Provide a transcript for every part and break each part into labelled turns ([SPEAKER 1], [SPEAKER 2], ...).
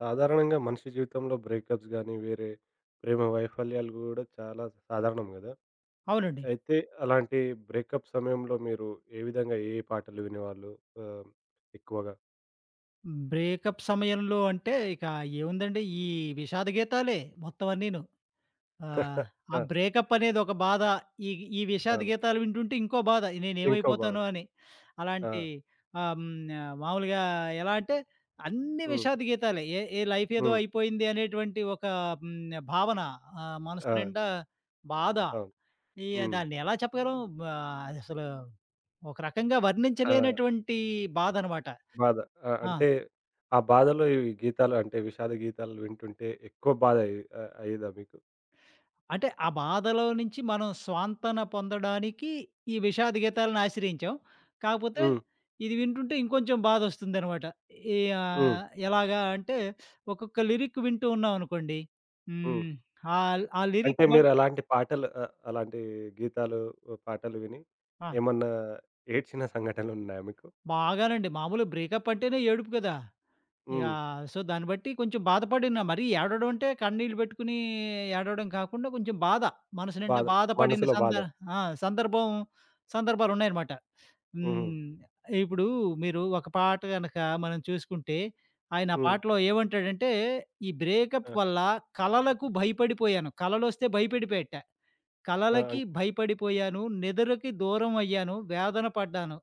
[SPEAKER 1] సాధారణంగా మనిషి జీవితంలో బ్రేకప్స్ గానీ, వేరే ప్రేమ వైఫల్యాలు గూడా చాలా సాధారణం గదా!
[SPEAKER 2] అవునండి.
[SPEAKER 1] అయితే అలాంటి బ్రేకప్ సమయంలో మీరు ఏ విధంగా ఏ ఏ పాటలు వినేవాళ్ళు ఆహ్, ఎక్కువగా?
[SPEAKER 2] బ్రేకప్ సమయంలో అంటే ఇక ఏముందండి ఈ విషాద గీతాలే మొత్తం అన్నీను. ఆహ్, ఆ
[SPEAKER 1] ఆ!
[SPEAKER 2] బ్రేకప్ అనేది ఒక బాధ. ఈ ఈ విషాద
[SPEAKER 1] అవును.
[SPEAKER 2] గీతాలు వింటుంటే ఇంకో బాధ.
[SPEAKER 1] ఇంకో బాధ.
[SPEAKER 2] నేనేమైపోతానో అని.
[SPEAKER 1] ఆ!
[SPEAKER 2] అలాంటి ఆహ్, హ్మ్. మామూలుగా ఎలా అంటే అన్ని
[SPEAKER 1] హ్మ్.
[SPEAKER 2] విషాద గీతాలే. ఏ ఏ లైఫ్ ఏదో
[SPEAKER 1] హ్మ్.
[SPEAKER 2] అయిపోయింది అనేటువంటి ఒక భావన. మనసు
[SPEAKER 1] ఆ!
[SPEAKER 2] నిండా బాధ.
[SPEAKER 1] అవును.
[SPEAKER 2] ఈ
[SPEAKER 1] హ్మ్.
[SPEAKER 2] దాన్ని ఎలా చెప్పగలం? అదసలు ఒక రకంగా
[SPEAKER 1] ఆ!
[SPEAKER 2] వర్ణించలేనటువంటి బాధనమాట.
[SPEAKER 1] బాధ. ఆ!
[SPEAKER 2] ఆ!
[SPEAKER 1] అంటే ఆ బాధలో ఈ గీతాలు అంటే విషాద గీతాలు వింటుంటే ఎక్కువ బాధ అయ్యి అయ్యేదా మీకు?
[SPEAKER 2] అంటే ఆ బాధలో నుంచి మనం స్వాంతన పొందడానికి ఈ విషాద గీతాలను ఆశ్రయించాం. కాకపోతే
[SPEAKER 1] హ్మ్.
[SPEAKER 2] ఇది వింటుంటే ఇంకొంచెం బాధొస్తుందనమాట. ఈ
[SPEAKER 1] హ్మ్.
[SPEAKER 2] ఎలాగా అంటే ఒక్కొక్క లిరిక్ వింటూ ఉన్నామనుకోండి.
[SPEAKER 1] హ్మ్.
[SPEAKER 2] హ్మ్. ఆల్ ఆ ఆ
[SPEAKER 1] అంటే
[SPEAKER 2] లిరిక్ బట్.
[SPEAKER 1] మీరలాంటి పాటలు అలాంటి గీతాలు, పాటలు విని
[SPEAKER 2] ఆ!
[SPEAKER 1] ఏమన్నా ఏడ్చిన సంఘటనలున్నాయా మీకు?
[SPEAKER 2] బాగానండి. మామూలు బ్రేకప్ అంటేనే ఏడుపు కదా! ఇక
[SPEAKER 1] హ్మ్.
[SPEAKER 2] సో, దాన్ని బట్టి కొంచెం బాధపడిన మరీ ఏడవడం అంటే కన్నీళ్లు పెట్టుకుని ఏడవడం కాకుండా కొంచెం బాధ. మనసు నిండా
[SPEAKER 1] బాధలు
[SPEAKER 2] బాధపడిన
[SPEAKER 1] మనసులో
[SPEAKER 2] సంద
[SPEAKER 1] బాధ.
[SPEAKER 2] ఆ! సందర్భం సందర్భాలున్నాయనమాట.
[SPEAKER 1] హ్మ్.
[SPEAKER 2] హ్మ్. ఇప్పుడు మీరు ఒక పాట గనక మనం చూసుకుంటే, ఆయన ఆ
[SPEAKER 1] హ్మ్.
[SPEAKER 2] పాటలో ఏమంటాడంటే, "ఈ బ్రేకప్
[SPEAKER 1] ఆ!
[SPEAKER 2] వల్ల కలలకు భయపడిపోయాను. కలలొస్తే భయపడిపోయేట.
[SPEAKER 1] ఆ!
[SPEAKER 2] కలలకి భయపడిపోయాను. నిదురకి దూరం అయ్యాను. వేదన పడ్డాను."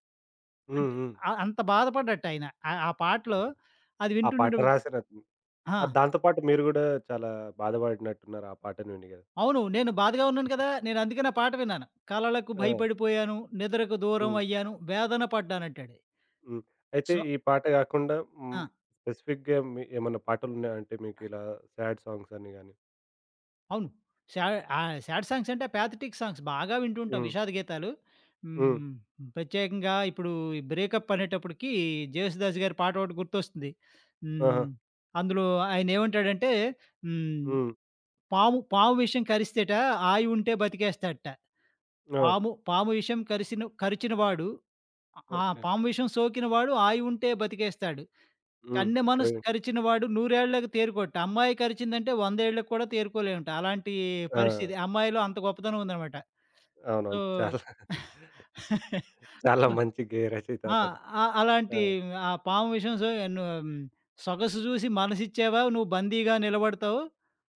[SPEAKER 1] హ్మ్.
[SPEAKER 2] అంటే
[SPEAKER 1] హ్మ్.
[SPEAKER 2] అంత బాధపడ్డటాయన. ఆ ఆ పాటలో అది
[SPEAKER 1] ఆ పాట
[SPEAKER 2] వింటుండేటప్పుడు.
[SPEAKER 1] రాసిన
[SPEAKER 2] ఆ!
[SPEAKER 1] దాంతో పాటు మీరు గూడా చాలా బాధపడినట్టున్నారు ఆ పాటను విని గదా!
[SPEAKER 2] అవును. నేను బాధగా ఉన్నాను కదా! నేను అందుకని ఆ పాట విన్నాను. "కలలకు
[SPEAKER 1] ఆ!
[SPEAKER 2] భయపడిపోయాను. నిద్రకు దూరం
[SPEAKER 1] హ్మ్.
[SPEAKER 2] అయ్యాను. వేదన పడ్డానంటాడు."
[SPEAKER 1] హ్మ్. అయితే
[SPEAKER 2] సో
[SPEAKER 1] ఈ పాట గాకుండా హ్మ్,
[SPEAKER 2] ఆ!
[SPEAKER 1] స్పెసిఫిక్‌గా మీ ఏమన్నా పాటలున్నాయా? అంటే మీకిలా సాడ్ సాంగ్స్ అని గాని?
[SPEAKER 2] అవును. సా సాడ్ సాంగ్స్ అంటే పాథటిక్ సాంగ్స్ బాగా వింటుంటాం
[SPEAKER 1] హ్మ్.
[SPEAKER 2] విషాద గీతాలు.
[SPEAKER 1] హ్మ్.
[SPEAKER 2] హ్మ్. ప్రత్యేకంగా ఇప్పుడు ఈ బ్రేకప్ అనేటప్పటికి 'జేసుదాసు' గారి పాట ఒకటి గుర్తొస్తుంది.
[SPEAKER 1] ఆహా!
[SPEAKER 2] హ్మ్. అందులో ఆయనేమంటాడంటే, హ్మ్,
[SPEAKER 1] హ్మ్.
[SPEAKER 2] పాము పాము విషం కరిస్తేట ఆయువు ఉంటే బతికేస్తాడట.
[SPEAKER 1] ఆ!
[SPEAKER 2] పాము పాము విషం కరిచిన వాడు.
[SPEAKER 1] ఓకే.
[SPEAKER 2] పాము విషం సోకిన వాడు ఆయువుంటే బతికేస్తాడు.
[SPEAKER 1] హ్మ్.
[SPEAKER 2] కన్నె మనసు
[SPEAKER 1] ప్రేమ్
[SPEAKER 2] కరిచిన వాడు నూరేళ్ళకి తేరుకోడట. అమ్మాయి కరిచిందంటే 100 ఏళ్ళకి కూడా తేరుకోలేమట. అలాంటి
[SPEAKER 1] ఆ!
[SPEAKER 2] పరిస్థితి. అమ్మాయిలో అంత గొప్పతనం ఉందనమాట. సో
[SPEAKER 1] అవునవును. చాలా చాలా
[SPEAKER 2] సో
[SPEAKER 1] మంచి గేయ రచయిత
[SPEAKER 2] ఆ!
[SPEAKER 1] అతను.
[SPEAKER 2] ఆ!
[SPEAKER 1] ఆ!
[SPEAKER 2] అలాంటి ఆ పాము విషయం. ను ఉమ్, సొగసు చూసి మనసిచ్చావా నువ్వు బందీగా నిలబడతావు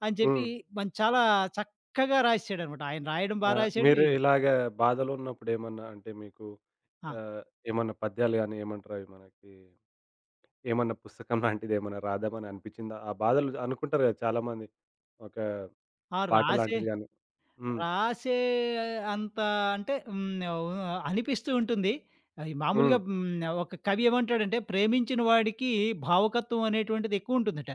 [SPEAKER 2] అని
[SPEAKER 1] హ్మ్.
[SPEAKER 2] చెప్పి చాలా చక్కగా రాసేసాడనమాట. ఆయన రాయడం
[SPEAKER 1] ఆ!
[SPEAKER 2] రాసాడు.
[SPEAKER 1] మీరు
[SPEAKER 2] ఈ
[SPEAKER 1] ఇలాగ బాధలో ఉన్నప్పుడు ఏమన్నా అంటే మీకు
[SPEAKER 2] ఆ!
[SPEAKER 1] ఆహ్, ఏమన్నా పద్యాలు గాని ఏమంటారు అవి మనకి ఏమన్నా పుస్తకం లాంటిది ఏమన్నా రాద్దామని అనిపించిందా? ఆ బాధలు అనుకుంటారు గదా! చాలామంది. ఒక
[SPEAKER 2] ఆ!
[SPEAKER 1] పాట
[SPEAKER 2] రాసే
[SPEAKER 1] లాంటిది గాని హ్మ్.
[SPEAKER 2] రాసే అంత అంటే అనిపిస్తూ ఉంటుంది. అది
[SPEAKER 1] హ్మ్.
[SPEAKER 2] మామూలుగా ఒక కవి ఏమంటాడంటే, ప్రేమించిన వాడికి భావకత్వం అనేటువంటిది ఎక్కువుంటుందట.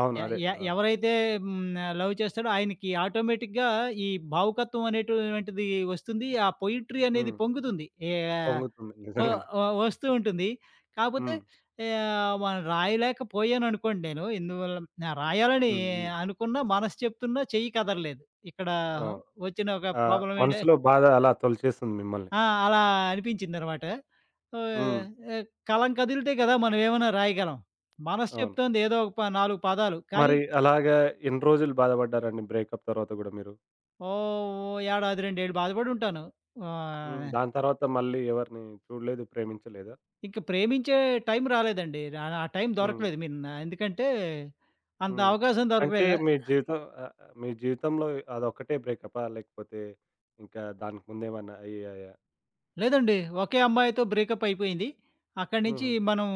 [SPEAKER 1] అవును.
[SPEAKER 2] ఎ
[SPEAKER 1] అదే.
[SPEAKER 2] ఎ
[SPEAKER 1] ఆ!
[SPEAKER 2] ఎవరైతే హ్మ్. లవ్ చేస్తాడో ఆయనకి ఆటోమేటిక్‌గా ఈ భావుకత్వం అనేటువంటిది వస్తుంది. ఆ పొయిట్రీ అనేది
[SPEAKER 1] హ్మ్.
[SPEAKER 2] పొంగుతుంది.
[SPEAKER 1] పొంగుతుంది
[SPEAKER 2] వ
[SPEAKER 1] నిజంగానే.
[SPEAKER 2] వ వస్తూ ఉంటుంది. కాపోతే
[SPEAKER 1] హ్మ్.
[SPEAKER 2] మనం రాయలేకపోయాననుకోండి. నేను ఇందువల్ల రాయాలని
[SPEAKER 1] హ్మ్. హ్మ్.
[SPEAKER 2] అనుకున్నా మనసు చెప్తున్నా చెయ్యి కదలలేదు. ఇక్కడ
[SPEAKER 1] అవును.
[SPEAKER 2] వచ్చిన ఒక
[SPEAKER 1] ఆ!
[SPEAKER 2] ప్రాబ్లమ్ ఏంటే.
[SPEAKER 1] మనసులో బాధ అలా తొలిచేస్తుంది మిమ్మల్ని.
[SPEAKER 2] ఆ! అలా అనిపించిందనమాట.
[SPEAKER 1] హ్మ్.
[SPEAKER 2] ఆహ్, కలం కదిలితే కదా! మనం ఏమైనా రాయగలం. మనసు
[SPEAKER 1] అవును.
[SPEAKER 2] చెప్తోంది ఏదో ఒక 4 పదాలు. కానీ
[SPEAKER 1] మరి అలాగా ఎన్ని రోజులు బాధపడ్డారండి బ్రేకప్ తర్వాత గూడా మీరు?
[SPEAKER 2] ఏడాది, 2 ఏళ్ళు బాధపడి ఉంటాను.
[SPEAKER 1] హ్మ్.
[SPEAKER 2] ఆహ్,
[SPEAKER 1] దాని తర్వాత మళ్ళీ ఎవరిని చూడలేదు, ప్రేమించలేదా?
[SPEAKER 2] ఇంక ప్రేమించే టైం రాలేదండి. ఆ టైం
[SPEAKER 1] హ్మ్.
[SPEAKER 2] దొరకలేదు. ఎందుకంటే, అంత
[SPEAKER 1] హ్మ్.
[SPEAKER 2] అవకాశం
[SPEAKER 1] అంటే
[SPEAKER 2] దొరకలేదు.
[SPEAKER 1] మీ జీవితం ఆహ్, ఆహ్, మీ జీవితంలో అదొక్కటే బ్రేకపా? లేకపోతే ఇంకా దానికి ముందేమన్నా అయ్యాయా?
[SPEAKER 2] లేదండి. ఒకే అమ్మాయితో బ్రేకప్ అయిపోయింది. అక్కడి నుంచి
[SPEAKER 1] హుహు.
[SPEAKER 2] మనం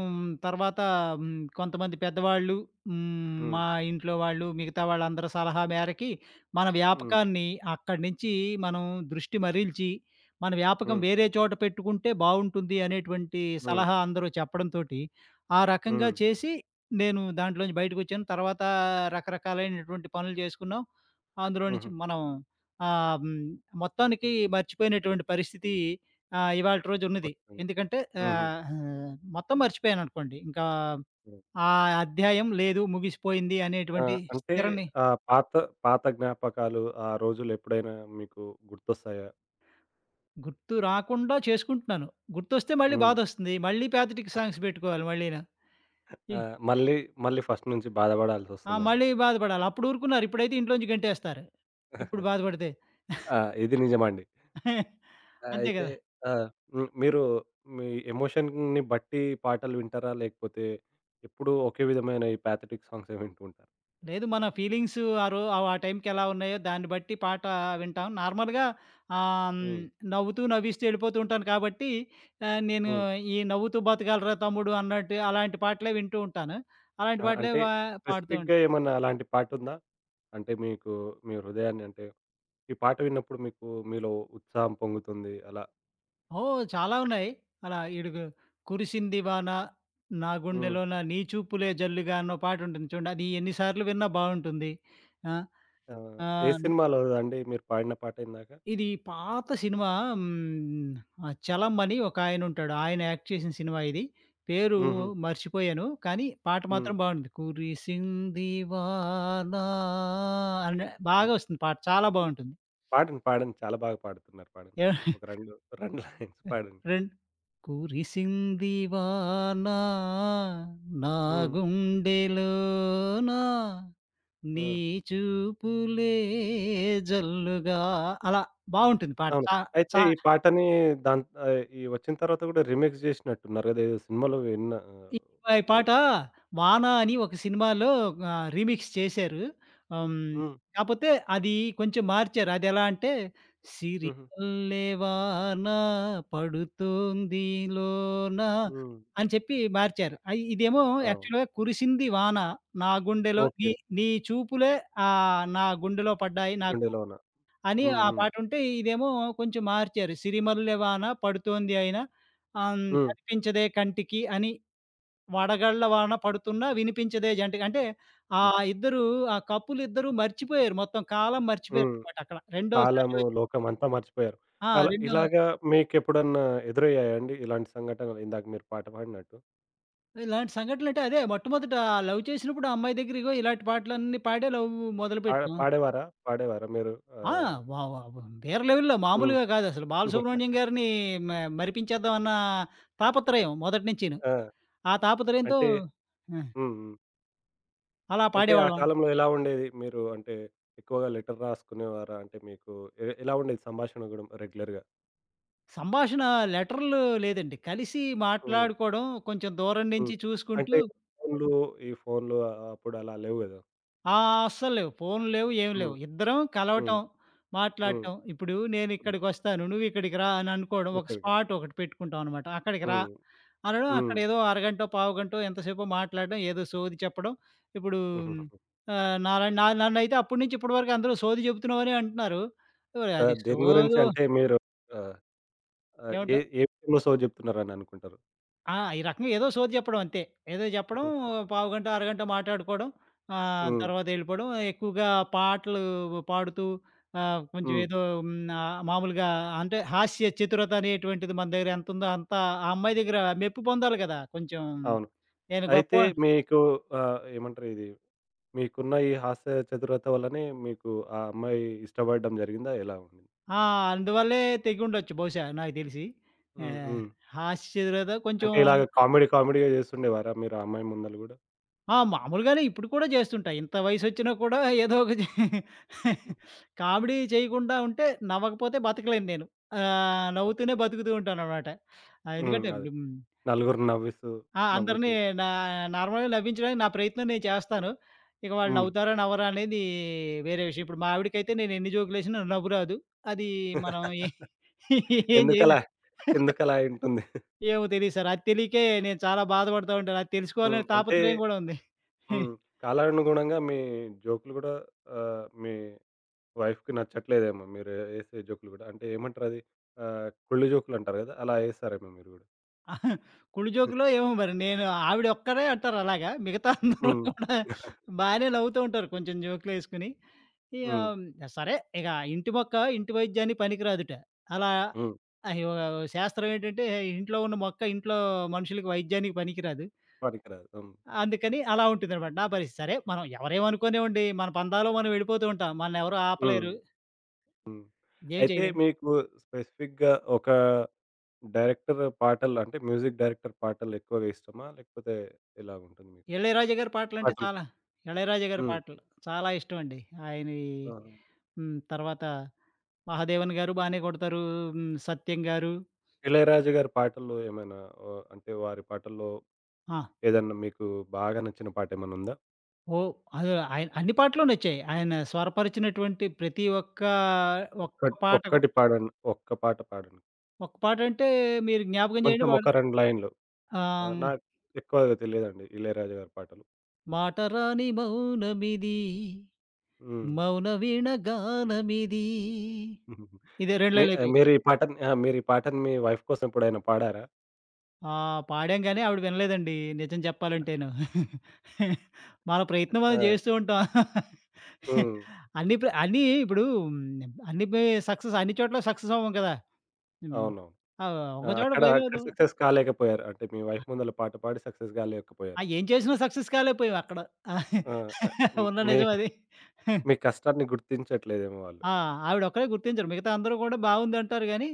[SPEAKER 2] తర్వాత కొంతమంది పెద్దవాళ్ళు,
[SPEAKER 1] హ్మ్.
[SPEAKER 2] మా ఇంట్లో వాళ్ళు, మిగతా వాళ్ళందరి సలహా మేరకి మన
[SPEAKER 1] హ్మ్.
[SPEAKER 2] వ్యాపకాన్ని అక్కడి నుంచి మనం దృష్టి మరల్చి, మన వ్యాపకం
[SPEAKER 1] హ్మ్.
[SPEAKER 2] వేరే చోట పెట్టుకుంటే బావుంటుంది అనేటువంటి
[SPEAKER 1] హ్మ్.
[SPEAKER 2] సలహా అందరూ చెప్పడంతోటి, ఆ రకంగా
[SPEAKER 1] హ్మ్.
[SPEAKER 2] చేసి నేను దాంట్లోంచి బయటకొచ్చాను. తర్వాత రకరకాలైనటువంటి పనులు చేసుకున్నాం. అందులో నుంచి
[SPEAKER 1] హుహు.
[SPEAKER 2] మనం ఆహ్, హ్మ్, మొత్తానికి మర్చిపోయినటువంటి పరిస్థితి ఇవాల్టి రోజున్నది.
[SPEAKER 1] వస్తుంది.
[SPEAKER 2] ఎందుకంటే
[SPEAKER 1] హుహు.
[SPEAKER 2] ఆహ్, మొత్తం మర్చిపోయాననుకోండి. ఇంకా
[SPEAKER 1] హ్మ్.
[SPEAKER 2] ఆ అధ్యాయం లేదు, ముగిసిపోయింది
[SPEAKER 1] ఆ!
[SPEAKER 2] అనేటువంటి
[SPEAKER 1] అంటే ఆ పాత పాత జ్ఞాపకాలు ఆ రోజులెప్పుడైనా మీకు గుర్తొస్తాయా?
[SPEAKER 2] గుర్తు రాకుండా చేసుకుంటున్నాను. గుర్తొస్తే మళ్ళీ
[SPEAKER 1] హ్మ్.
[SPEAKER 2] బాధొస్తుంది. మళ్ళీ ప్యాథటిక్ సాంగ్స్ పెట్టుకోవాలి మళ్ళీను. ఈ
[SPEAKER 1] ఆ! మళ్ళీ మళ్ళీ ఫస్ట్ నుంచి
[SPEAKER 2] ఆ!
[SPEAKER 1] బాధపడాల్సొస్తుందేమో.
[SPEAKER 2] మళ్ళీ బాధపడాలి. అప్పుడు ఊరుకున్నారు. ఇప్పుడైతే ఇంట్లోంచి గంటేస్తారు. ఇప్పుడు బాధపడితే.
[SPEAKER 1] ఆ! ఇది నిజమండి.
[SPEAKER 2] అంతే
[SPEAKER 1] అయితే
[SPEAKER 2] కదా!
[SPEAKER 1] ఆ! హ్మ్. మీరు మీ ఎమోషన్‌ని బట్టి పాటలు వింటారా? లేకపోతే ఎప్పుడూ ఒకే విధమైన ఈ పాథటిక్ సాంగ్సే వింటూ ఉంటారా?
[SPEAKER 2] లేదు. మన ఫీలింగ్స్ ఆ రో ఆ ఆ టైంకి ఎలా ఉన్నాయో దాన్ని బట్టి పాట వింటాం. నార్మల్‌గా ఆహ్, హ్మ్,
[SPEAKER 1] హ్మ్.
[SPEAKER 2] నవ్వుతూ, నవ్విస్తూ ఎళ్ళిపోతూ ఉంటాను కాబట్టి నేను
[SPEAKER 1] హ్మ్.
[SPEAKER 2] ఈ 'నవ్వుతూ బతకాలిరా తమ్ముడు' అన్నట్టు అలాంటి పాటలే వింటూ ఉంటాను. అలాంటి
[SPEAKER 1] ఆ!
[SPEAKER 2] పాటలే
[SPEAKER 1] అంటే
[SPEAKER 2] వా పాడుతూ
[SPEAKER 1] స్పెసిఫిక్‌గా
[SPEAKER 2] ఉంటాను.
[SPEAKER 1] ఏమన్నా అలాంటి పాటుందా? అంటే మీకు మీ హృదయాన్ని అంటే ఈ పాట విన్నప్పుడు మీకు మీలో ఉత్సాహం పొంగుతుంది అలా?
[SPEAKER 2] చాలా ఉన్నాయి. అలా ఇడుగు 'కురిసింది వాన నా
[SPEAKER 1] హ్మ్.
[SPEAKER 2] గుండెలోన నీ చూపులే జల్లుగా' అన్న పాటుంటుంది చూడండి. అది ఎన్ని సార్లు విన్నా బావుంటుంది. ఆ!
[SPEAKER 1] ఆ! ఏ
[SPEAKER 2] ఆహ్
[SPEAKER 1] సినిమాలోదండి మీరు పాడిన పాట ఇందాక?
[SPEAKER 2] ఇది పాత సినిమా. ఆ 'చలం' అని ఒకాయనుంటాడు. ఆయన ఉంటాడు, ఆయన యాక్ట్ చేసిన సినిమా ఇది. పేరు
[SPEAKER 1] హుహు.
[SPEAKER 2] మర్చిపోయాను. కానీ పాట
[SPEAKER 1] హ్మ్.
[SPEAKER 2] మాత్రం బావుంటుంది. కురిసింది వాన అని
[SPEAKER 1] హ్మ్.
[SPEAKER 2] బాగా వస్తుంది పాట. చాలా బావుంటుంది.
[SPEAKER 1] పాడండి. పాడండి. చాలా బాగా పాడుతున్నారు. పాడండి.
[SPEAKER 2] ఏ
[SPEAKER 1] ఒక 2, 2 లైన్స్ పాడండి.
[SPEAKER 2] రెం కురిసింది వాన నా
[SPEAKER 1] హ్మ్.
[SPEAKER 2] గుండెలోన
[SPEAKER 1] ఆ!
[SPEAKER 2] నీ చూపులే జల్లుగా, అలా బావుంటుంది పాట.
[SPEAKER 1] అవును.
[SPEAKER 2] చా
[SPEAKER 1] అయితే
[SPEAKER 2] చా
[SPEAKER 1] ఈ పాటని ఈ వచ్చిన తర్వాత గూడా రీమిక్స్ జేసినట్టున్నారు గదా! ఏదో సినిమాలో విన్నా.
[SPEAKER 2] ఈ పాట 'వాన' అని ఒక సినిమాలో రీమిక్స్ చేశారు. హ్మ్.
[SPEAKER 1] హ్మ్.
[SPEAKER 2] కాపోతే అది కొంచెం మార్చారు. అదెలా అంటే
[SPEAKER 1] హుహు.
[SPEAKER 2] సిరివల్లే వాన పడుతోంది లోన
[SPEAKER 1] హ్మ్.
[SPEAKER 2] అని చెప్పి మార్చారు. అయి ఇదేమో
[SPEAKER 1] అవును.
[SPEAKER 2] యాక్చువల్‌గా కురిసింది వాన నా గుండెలో నీ
[SPEAKER 1] ఓకే.
[SPEAKER 2] నీ చూపులే నా గుండెలో పడ్డాయి నాకు
[SPEAKER 1] 'గుండెలోన.'
[SPEAKER 2] అని
[SPEAKER 1] హ్మ్.
[SPEAKER 2] ఆ
[SPEAKER 1] హ్మ్.
[SPEAKER 2] పాటుంటే, ఇదేమో కొంచెం మార్చారు. సిరిమల్లె వాన పడుతోంది అయినా ఆహ్,
[SPEAKER 1] హ్మ్.
[SPEAKER 2] కనిపించదే కంటికి అని వడగళ్ళ వాన పడుతున్నా వినిపించదే జంట అంటే ఆ ఇద్దరు, ఆ కపుల్ ఇద్దరు మర్చిపోయారు. మొత్తం కాలం
[SPEAKER 1] హ్మ్.
[SPEAKER 2] మర్చిపోయారనమాట అక్కడ. రెండోసారి
[SPEAKER 1] కాలము,
[SPEAKER 2] వచ్చి
[SPEAKER 1] లోకం అంతా మర్చిపోయారు.
[SPEAKER 2] ఆ!
[SPEAKER 1] అలా
[SPEAKER 2] రెండో
[SPEAKER 1] ఇలాగా మీకెప్పుడన్నా ఎదురయ్యాయా అండి ఇలాంటి సంఘటనలు? ఇందాక మీరు పాట పాడినట్టు.
[SPEAKER 2] ఇలాంటి సంఘటనలంటే అదే మొట్టమొదట లవ్ చేసినప్పుడు ఆ అమ్మాయి దగ్గర ఇగో ఇలాంటి పాటలన్నీ పాడే లవ్ మొదలుపెట్టాం.
[SPEAKER 1] పాడేవారా? పాడేవారా మీరు?
[SPEAKER 2] ఆ!
[SPEAKER 1] ఆహ్,
[SPEAKER 2] వ వ వేరే లెవెల్‌లో,
[SPEAKER 1] హ్మ్.
[SPEAKER 2] మామూలుగా కాదసలు. బాలసుబ్రహ్మణ్యం గారిని మ మరిపించేద్దాం అన్న తాపత్రయం మొదటి నుంచీను.
[SPEAKER 1] ఆ!
[SPEAKER 2] ఆ తాపత్రయంతో
[SPEAKER 1] అంటే
[SPEAKER 2] ఆ!
[SPEAKER 1] హ్మ్. హ్మ్.
[SPEAKER 2] అలా
[SPEAKER 1] అంటే ఆ
[SPEAKER 2] పాడేవాళ్ళం.
[SPEAKER 1] కాలంలో ఎలా ఉండేది? మీరు అంటే ఎక్కువగా లెటర్ రాసుకునేవారా? అంటే మీకు ఎలా ఉండేది సంభాషణ గూడా రెగ్యులర్‌గా?
[SPEAKER 2] సంభాషణ లెటర్‌లు లేదండి. కలిసి
[SPEAKER 1] హ్మ్.
[SPEAKER 2] మాట్లాడుకోవడం, కొంచెం దూరం
[SPEAKER 1] హ్మ్.
[SPEAKER 2] నుంచి చూసుకుంటూ.
[SPEAKER 1] అంటే ఫోన్లు, ఈ ఫోన్లు ఆ- అప్పుడు అలా లేవు గదా!
[SPEAKER 2] ఆ! అస్సలు లేవు. ఫోన్‌లు లేవు, ఏమి
[SPEAKER 1] హ్మ్.
[SPEAKER 2] లేవు. ఇద్దరం
[SPEAKER 1] హ్మ్.
[SPEAKER 2] కలవటం,
[SPEAKER 1] హ్మ్.
[SPEAKER 2] మాట్లాడటం. ఇప్పుడు
[SPEAKER 1] హ్మ్.
[SPEAKER 2] నేనిక్కడికొస్తాను, నువ్విక్కడికి రా అని అనుకోవడం. ఒక
[SPEAKER 1] ఇప్పటికి
[SPEAKER 2] స్పాట్ ఒకటి పెట్టుకుంటాం అనమాట. అక్కడికి రా
[SPEAKER 1] హ్మ్.
[SPEAKER 2] అనడం,
[SPEAKER 1] హ్మ్.
[SPEAKER 2] అక్కడేదో అరగంటో, పావుగంటో ఎంతసేపో మాట్లాడడం, ఏదో సోది చెప్పడం. ఇప్పుడు
[SPEAKER 1] హుహుహు.
[SPEAKER 2] నాలా నన్నైతే అప్పటి నుంచి ఇప్పటి వరకు అందరూ సోది చెప్తున్నావనే అంటున్నారు. ఓయ్!
[SPEAKER 1] ఆ!
[SPEAKER 2] అది
[SPEAKER 1] దేని గురించి
[SPEAKER 2] సోదో
[SPEAKER 1] అంటే మీరు ఆ! ఆ!
[SPEAKER 2] ఏమంట
[SPEAKER 1] ఏ ఏ విషయంలో సోది జెప్తున్నారని అనుకుంటారు?
[SPEAKER 2] ఆ! ఈ రకంగా ఏదో సోది చెప్పడం అంతే. ఏదో చెప్పడం, పావుగంట, అరగంట మాట్లాడుకోవడం.
[SPEAKER 1] హ్మ్.
[SPEAKER 2] తర్వాత ఎళ్ళిపోవడం. ఎక్కువగా పాటలు పాడుతూ కొంచెం
[SPEAKER 1] హ్మ్.
[SPEAKER 2] ఏదో మామూలుగా అంటే హాస్య చతురత అనేటువంటిది మన దగ్గర ఎంతుందో అంత ఆ అమ్మాయి దగ్గర మెప్పు పొందాలి కదా! కొంచెం
[SPEAKER 1] అవును.
[SPEAKER 2] నేను
[SPEAKER 1] అయితే
[SPEAKER 2] గొప్పో
[SPEAKER 1] మీకు ఏమంటారు ఇది మీకున్న ఈ హాస్య చతురత వల్లనే మీకు ఆ అమ్మాయి ఇష్టపడడం జరిగిందా? ఎలా ఉంది?
[SPEAKER 2] ఆ! అందువల్లే తెగుండొచ్చు బహుశా నాకు తెలిసి.
[SPEAKER 1] హ్మ్.
[SPEAKER 2] ఆహ్,
[SPEAKER 1] హ్మ్.
[SPEAKER 2] హాస్య చతురత కొంచెం.
[SPEAKER 1] అంటే ఇలాగ కామెడీ కామెడీగా చేస్తుండేవారా మీరు ఆ అమ్మాయి ముందల గూడా?
[SPEAKER 2] మామూలుగానే ఇప్పుడు కూడా చేస్తుంటాయి. ఇంత వయసొచ్చినా కూడా ఏదో ఒక జే కామెడీ చేయకుండా ఉంటే, నవ్వకపోతే బతకలేను నేను.
[SPEAKER 1] ఆ!
[SPEAKER 2] నవ్వుతూనే బతుకుతూ ఉంటాననమాట.
[SPEAKER 1] హ్మ్.
[SPEAKER 2] ఎందుకంటే
[SPEAKER 1] అదే.
[SPEAKER 2] ఇప్పుడు హ్మ్.
[SPEAKER 1] నలుగురిని నవ్విస్తూ,
[SPEAKER 2] ఆ! అందరిని
[SPEAKER 1] నవ్వుతూ.
[SPEAKER 2] నా నార్మల్‌గా నవ్వించడానికి నా ప్రయత్నం నేను చేస్తాను. ఇక వాళ్ళు
[SPEAKER 1] హ్మ్.
[SPEAKER 2] నవ్వుతారా, నవ్వరా అనేది వేరే విషయం. ఇప్పుడు మా ఆవిడకైతే నేను ఎన్ని జోకులేసినా నవ్వు రాదు. అది మనం ఏం
[SPEAKER 1] ఎందుకలా
[SPEAKER 2] చేయలేం.
[SPEAKER 1] ఎందుకలా అయుంటుంది?
[SPEAKER 2] ఏమో తెలీదు సార్. అది తెలియకే నేను చాలా బాధపడతా ఉంటాను. అది
[SPEAKER 1] హ్మ్.
[SPEAKER 2] తెలుసుకోవాలనే
[SPEAKER 1] అంటే
[SPEAKER 2] తాపత్రయం కూడా ఉంది.
[SPEAKER 1] హ్మ్. కాలానుగుణంగా మీ జోకులు గూడా మీ వైఫ్‌కి నచ్చట్లేదేమో మీరు ఏసే జోకులు గూడా. అంటే ఏమంటారది? కుళ్ళు జోకులంటారు గదా! అలా ఏస్తారేమో మీరు గూడా.
[SPEAKER 2] అహా! కుడి జోకులో ఏమో మరి, నేను ఆవిడ ఒక్కరే అంటారు అలాగా. మిగతా
[SPEAKER 1] హ్మ్.
[SPEAKER 2] అందరూ
[SPEAKER 1] హ్మ్.
[SPEAKER 2] కూడా బానే నవ్వుతూ ఉంటారు కొంచెం జోకులేసుకొని. ఇక సరే, ఇక ఇంటి మొక్క ఇంటి వైద్యానికి పనికిరాదుట. అలా
[SPEAKER 1] హ్మ్.
[SPEAKER 2] అయి ఓ శాస్త్రం ఏంటంటే ఇంట్లో ఉన్న మొక్క ఇంట్లో మనుషులకి వైద్యానికి పనికిరాదు.
[SPEAKER 1] పనికిరాదు. హ్మ్.
[SPEAKER 2] అందుకని అలా ఉంటుందనమాట నా పరిస్థితి. సరే, మనం ఎవరేమనుకోనివ్వండి, మన పందాలో మనం వెళ్ళిపోతూ ఉంటాం. మనల్ని ఎవరు
[SPEAKER 1] హ్మ్.
[SPEAKER 2] ఆపలేరు.
[SPEAKER 1] హ్మ్.
[SPEAKER 2] ఏం
[SPEAKER 1] అయితే
[SPEAKER 2] చేయలేం.
[SPEAKER 1] మీకు స్పెసిఫిక్‌గా ఒక డైరెక్టర్ పాటలు అంటే మ్యూజిక్ డైరెక్టర్ పాటలు ఎక్కువగా ఇష్టమా? లేకపోతే ఎలాగుంటుంది మీకు?
[SPEAKER 2] ఇళయరాజా గారి పాటలంటే
[SPEAKER 1] పాటలు
[SPEAKER 2] చాలా, ఇళయరాజా గారి
[SPEAKER 1] హ్మ్.
[SPEAKER 2] పాటలు చాలా ఇష్టమండి. ఆయనయి
[SPEAKER 1] ఆ!
[SPEAKER 2] తర్వాత 'మహాదేవన్' గారు బానే కొడతారు. 'సత్యం' గారు.
[SPEAKER 1] 'ఇళయరాజా' గారి పాటల్లో ఏమైనా అంటే వారి పాటల్లో
[SPEAKER 2] ఆ!
[SPEAKER 1] ఏదన్నా మీకు బాగా నచ్చిన పాటేమన్నుందా?
[SPEAKER 2] ఓ అదే, ఆయన అన్ని పాటలు నచ్చాయి. ఆయన స్వరపరిచినటువంటి ప్రతి ఒక్క ఒక్క పాటకు,
[SPEAKER 1] ఒక్కటి పాడండి. ఒక్క పాట పాడండి.
[SPEAKER 2] ఒక్క పాటంటే మీరు జ్ఞాపకం చేయండి.
[SPEAKER 1] కొంచెం ఒక 2 లైన్‌లు. ఆ!
[SPEAKER 2] ఆహ్,
[SPEAKER 1] నాకు ఎక్కువగా తెలియదండి 'ఇళయరాజా' గారి పాటలు.
[SPEAKER 2] మాటరాని మౌనమిది,
[SPEAKER 1] హ్మ్.
[SPEAKER 2] మౌనవీణ గానమిది. ఇదే 2
[SPEAKER 1] మీ
[SPEAKER 2] లైన్‌లయిపోయాయి.
[SPEAKER 1] మీరు ఈ పాటని ఆ! మీరు ఈ పాటని మీ వైఫ్ కోసం ఎప్పుడైనా పాడారా?
[SPEAKER 2] ఆ! పాడాం గానీ ఆవిడ వినలేదండి నిజం చెప్పాలంటేను. మన ప్రయత్నం మనం
[SPEAKER 1] ఆ!
[SPEAKER 2] జేస్తూ ఉంటాం.
[SPEAKER 1] హ్మ్.
[SPEAKER 2] అన్ని ప్ర అన్నీ ఇప్పుడు అన్ని పే సక్సెస్, అన్ని చోట్ల సక్సెస్ అవ్వం కదా! హ్మ్.
[SPEAKER 1] అవునవును. ఆ!
[SPEAKER 2] ఒక చోట
[SPEAKER 1] అక్కడ
[SPEAKER 2] ఫెయిల్
[SPEAKER 1] అక్కడ
[SPEAKER 2] అవుతాం.
[SPEAKER 1] సక్సెస్ కాలేకపోయారు. అంటే మీ వైఫ్ ముందల పాట పాడి సక్సెస్ కాలేకపోయారు.
[SPEAKER 2] ఏం చేసినా సక్సెస్ కాలేకపోయాం అక్కడ.
[SPEAKER 1] ఆ! ఆ! హ్మ్.
[SPEAKER 2] ఉన్న
[SPEAKER 1] మీ
[SPEAKER 2] నిజం అది.
[SPEAKER 1] మీ కష్టాన్ని గుర్తించట్లేదేమో వాళ్ళు.
[SPEAKER 2] ఆ! ఆవిడ ఒక్కరే గుర్తించరు. మిగతా అందరూ కూడా బావుందంటారు గానీ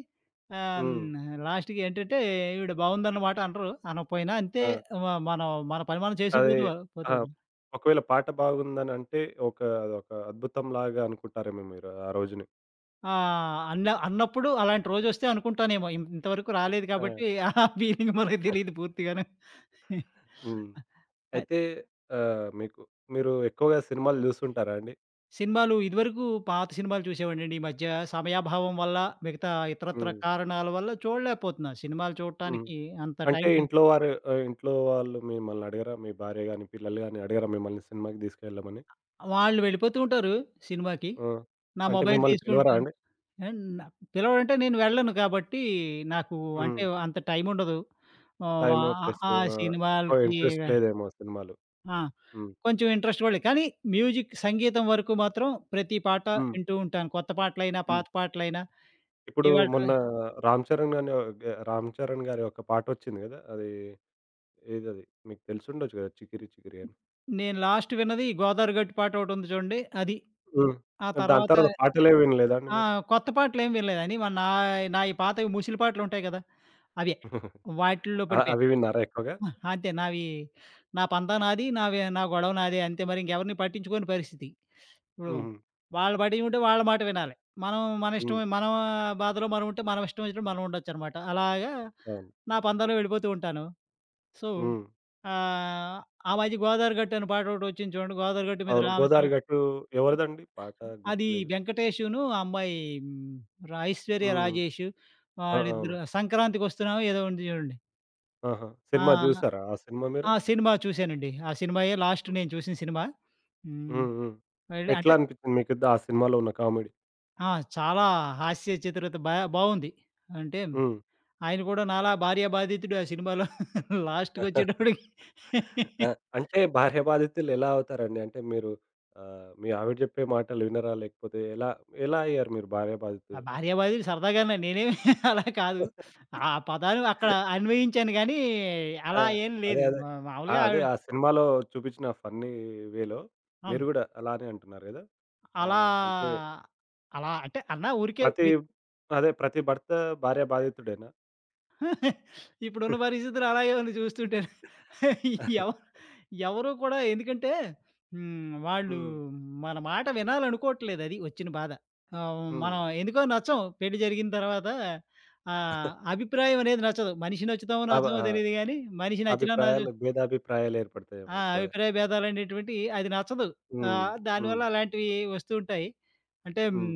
[SPEAKER 1] హ్మ్.
[SPEAKER 2] లాస్ట్‌కి ఏంటంటే ఈవిడ బావుందన్నమాట అనరు. అనకపోయినా అంతే,
[SPEAKER 1] ఆ!
[SPEAKER 2] మ మనం మన పని మనం
[SPEAKER 1] అదే
[SPEAKER 2] చేసుకుపోతూ పోతూ.
[SPEAKER 1] ఆ! ఒకవేళ పాట బాగుందనంటే ఒక అదొక అద్భుతంలాగా అనుకుంటారేమో మీరు ఆ రోజుని.
[SPEAKER 2] ఆ! అన్న అన్నప్పుడు అలాంటి రోజొస్తే అనుకుంటానేమో. ఇంతవరకు రాలేదు
[SPEAKER 1] ఆ!
[SPEAKER 2] కాబట్టి ఆ ఫీలింగ్ మనకు తెలీదు పూర్తిగాను.
[SPEAKER 1] హ్మ్.
[SPEAKER 2] అ
[SPEAKER 1] అయితే మీకు మీరు ఎక్కువగా సినిమాలు జూస్తుంటారా అండి?
[SPEAKER 2] సినిమాలు ఇదివరకు పాత సినిమాలు చూసేవాడినండి. ఈ మధ్య సమయాభావం వల్ల, మిగతా ఇతరత్ర
[SPEAKER 1] హ్మ్.
[SPEAKER 2] కారణాల వల్ల చూడలేకపోతున్నా. సినిమాలు
[SPEAKER 1] హ్మ్.
[SPEAKER 2] చూడటానికి అంత
[SPEAKER 1] అంటే
[SPEAKER 2] టైం కు
[SPEAKER 1] ఇంట్లో వారు ఇంట్లో వాళ్ళు మిమ్మల్ని అడగరా? మీ భార్య గాని, పిల్లలు గాని అడగరా మిమ్మల్ని సినిమాకి తీసుకెళ్ళమని?
[SPEAKER 2] వాళ్ళు వెళ్ళిపోతూ ఉంటారు సినిమాకి.
[SPEAKER 1] ఆ!
[SPEAKER 2] నా
[SPEAKER 1] అంటే
[SPEAKER 2] మొబైల్
[SPEAKER 1] మిమ్మల్ని పిలవరా
[SPEAKER 2] తీసుకుంటాను.
[SPEAKER 1] అండి?
[SPEAKER 2] అండ్ న పిలవడంటే నేను వెళ్ళను కాబట్టి నాకు, అంటే
[SPEAKER 1] హ్మ్.
[SPEAKER 2] అంత టైముండదు. ఆహ్, వ
[SPEAKER 1] టైము ప్లస్
[SPEAKER 2] ఆ
[SPEAKER 1] ఎక్కువ
[SPEAKER 2] సినిమాలకి
[SPEAKER 1] ఇంట్రెస్ట్ లేదేమో సినిమాలు.
[SPEAKER 2] ఆ!
[SPEAKER 1] హ్మ్.
[SPEAKER 2] కొంచెం ఇంట్రెస్ట్ కూడా లేదు. కానీ మ్యూజిక్ సంగీతం వరకు మాత్రం ప్రతి పాట
[SPEAKER 1] హ్మ్.
[SPEAKER 2] వింటూ ఉంటాను. కొత్త పాటలైనా,
[SPEAKER 1] హ్మ్.
[SPEAKER 2] పాత పాటలైనా.
[SPEAKER 1] ఇప్పుడు
[SPEAKER 2] ఇవాళ
[SPEAKER 1] మొన్న 'రామ్ చరణ్' అనే 'రామ్ చరణ్' గారి ఒక పాటొచ్చింది గదా! అది ఏదది మీకు తెలిసుండొచ్చు గదా! 'చికిరి చికిరి' అని.
[SPEAKER 2] నేను లాస్ట్ విన్నది ఈ గోదావరి గట్టు పాట ఒకటుంది చూడండి అది.
[SPEAKER 1] హ్మ్.
[SPEAKER 2] ఆ
[SPEAKER 1] దాని
[SPEAKER 2] తర్వాత.
[SPEAKER 1] తర్వాత పాటలే వినలేదా అండి
[SPEAKER 2] ఆ!
[SPEAKER 1] మీరు?
[SPEAKER 2] కొత్త పాటలేం వినలేదని మన నా నాయి, పాతవి ముసిలి పాటలుంటాయి కదా! అవే. వాటిల్లో పడిపోయాను.
[SPEAKER 1] అవి విన్నారా ఎక్కువగా?
[SPEAKER 2] అంతే. నా పందా నాది, నావి, నా గొడవ నాదే, అంతే మరి. ఇంకెవరిని పట్టించుకోని పరిస్థితి. ఇప్పుడు
[SPEAKER 1] హుహు.
[SPEAKER 2] వాళ్ళు బడి ఉంటే వాళ్ళ మాట వినాలి. మనం మన ఇష్టం,
[SPEAKER 1] హ్మ్.
[SPEAKER 2] మన బాధలో మనం ఉంటే మనం ఇష్టం వచ్చినట్టు మనం ఉండొచ్చనమాట. అలాగా
[SPEAKER 1] అవును.
[SPEAKER 2] నా పందాలో వెళ్ళిపోతూ ఉంటాను. సో,
[SPEAKER 1] హ్మ్.
[SPEAKER 2] ఆహ్, ఆ మధ్య 'గోదావరి గట్టు' అని పాట ఒకటొచ్చింది చూడండి. 'గోదావరి గట్టు మీద
[SPEAKER 1] అవును. 'గోదారి
[SPEAKER 2] రామచిలక'
[SPEAKER 1] గట్టు' ఎవరిదండి పాట
[SPEAKER 2] అది
[SPEAKER 1] గుర్తులేదు.
[SPEAKER 2] 'వెంకటేషును' ఆ అమ్మాయి, హ్మ్, ఐశ్వర్య
[SPEAKER 1] హ్మ్.
[SPEAKER 2] రాజేషు,
[SPEAKER 1] ఆ! అవును.
[SPEAKER 2] వాళ్ళిద్దరు 'సంక్రాంతికొస్తున్నావా' ఏదో ఉంది చూడండి.
[SPEAKER 1] ఆహా! సినిమా
[SPEAKER 2] ఆ!
[SPEAKER 1] జూసారా ఆ సినిమా మీరు?
[SPEAKER 2] ఆ సినిమా చూశానండి. ఆ సినిమాయే లాస్ట్ నేను చూసిన సినిమా. హ్మ్.
[SPEAKER 1] హ్మ్. హ్మ్.
[SPEAKER 2] వెళ్ళి అంటే
[SPEAKER 1] ఎట్లా అనిపిచ్చింది మీకు ఆ సినిమాలో ఉన్న కామెడీ?
[SPEAKER 2] ఆ! చాలా హాస్య చిత్రత బావుంది. అంటే
[SPEAKER 1] హ్మ్.
[SPEAKER 2] ఆయన కూడా నాలా భార్య బాధితుడు ఆ సినిమాలో లాస్ట్‌కొచ్చేటప్పటికి
[SPEAKER 1] ఆ! అంటే భార్య బాధితులు ఎలా అవుతారండి? అంటే మీరు మీ ఆవిడ చెప్పే మాటలు వినరా? లేకపోతే ఎలా ఎలా అయ్యారు మీరు భార్య
[SPEAKER 2] ఆ
[SPEAKER 1] బాధితులు?
[SPEAKER 2] భార్య బాధితుడు సరదాగానే నేనేమి అలా కాదు. ఆ పదాలు అక్కడ అన్వయించాను గానీ,
[SPEAKER 1] ఆ!
[SPEAKER 2] అలా ఏం
[SPEAKER 1] అదే.
[SPEAKER 2] లేదు.
[SPEAKER 1] అదే.
[SPEAKER 2] మా
[SPEAKER 1] ఆ!
[SPEAKER 2] మామూలుగా
[SPEAKER 1] అదే
[SPEAKER 2] ఆవిడ.
[SPEAKER 1] ఆ సినిమాలో చూపించిన ఫన్నీ వేలో మీరు
[SPEAKER 2] హ్మ్.
[SPEAKER 1] గూడా అలానే అంటున్నారు గదా!
[SPEAKER 2] అలా,
[SPEAKER 1] అంటే
[SPEAKER 2] అలా అంటే అన్నా ఊరికే
[SPEAKER 1] ప్రతి
[SPEAKER 2] మీతో.
[SPEAKER 1] అదే ప్రతి భర్త భార్య బాధితుడేనా?
[SPEAKER 2] ఇప్పుడున్న పరిస్థితులు అలాగే ఉంది చూస్తుంటే. ఎవ ఎవరు కూడా ఎందుకంటే వాళ్ళు
[SPEAKER 1] హ్మ్.
[SPEAKER 2] మన మాట వినాలనుకోవట్లేదు. అది వచ్చిన బాధ.
[SPEAKER 1] హ్మ్.
[SPEAKER 2] మనం ఎందుకో నచ్చం పెళ్లి జరిగిన తర్వాత. అభిప్రాయం అనేది నచ్చదు. మనిషి నచ్చుతామో నచ్చమో
[SPEAKER 1] ఆ!
[SPEAKER 2] తెలీదు గానీ, మనిషి నచ్చినా నచ్చ
[SPEAKER 1] అభిప్రాయాలు భేదాభిప్రాయాలు ఏర్పడతాయేమో
[SPEAKER 2] ఆ!
[SPEAKER 1] ఎక్కువగా.
[SPEAKER 2] అభిప్రాయ భేదాలనేటువంటియి అది నచ్చదు.
[SPEAKER 1] హ్మ్. హ్మ్.
[SPEAKER 2] దానివల్ల అలాంటివి వస్తూ ఉంటాయి. అంటే
[SPEAKER 1] హ్మ్.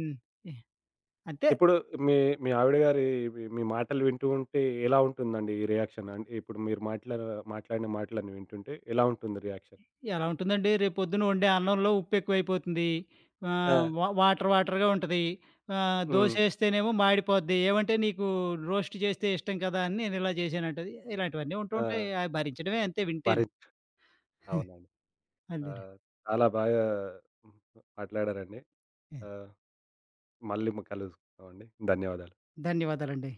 [SPEAKER 2] అంతే.
[SPEAKER 1] ఇప్పుడు మీ మీ ఆవిడ గారి మీ మీ మాటలు వింటూ ఉంటే ఎలా ఉంటుందండి ఈ రియాక్షన్? అంటే ఇప్పుడు మీరు మాట్లాడిన మాటలన్నీ వింటుంటే ఎలా ఉంటుంది రియాక్షన్?
[SPEAKER 2] ఎలా ఉంటుందండి, రేపొద్దున వండే అన్నంలో ఉప్పెక్కువైపోతుంది.
[SPEAKER 1] ఆ!
[SPEAKER 2] ఆహ్, వా వాటర్ వాటర్‌గా ఉంటది.
[SPEAKER 1] హ్మ్.
[SPEAKER 2] దోసేస్తేనేమో మాడిపోద్ది. ఏవంటే నీకు రోస్ట్ చేస్తే ఇష్టం కదా! అని నేనిలా చేశానంటది. ఇలాంటివన్నీ ఉంటూ
[SPEAKER 1] ఆ!
[SPEAKER 2] ఉంటాయి. అవి భరించడమే అంతే వింటేను.
[SPEAKER 1] భరి అవునండి.
[SPEAKER 2] అదేలే.
[SPEAKER 1] ఆహ్, చాలా బాగా మాట్లాడారండి. ఆహ్, మళ్ళీ కలుసుకుందామండి. ధన్యవాదాలు.
[SPEAKER 2] ధన్యవాదాలండి.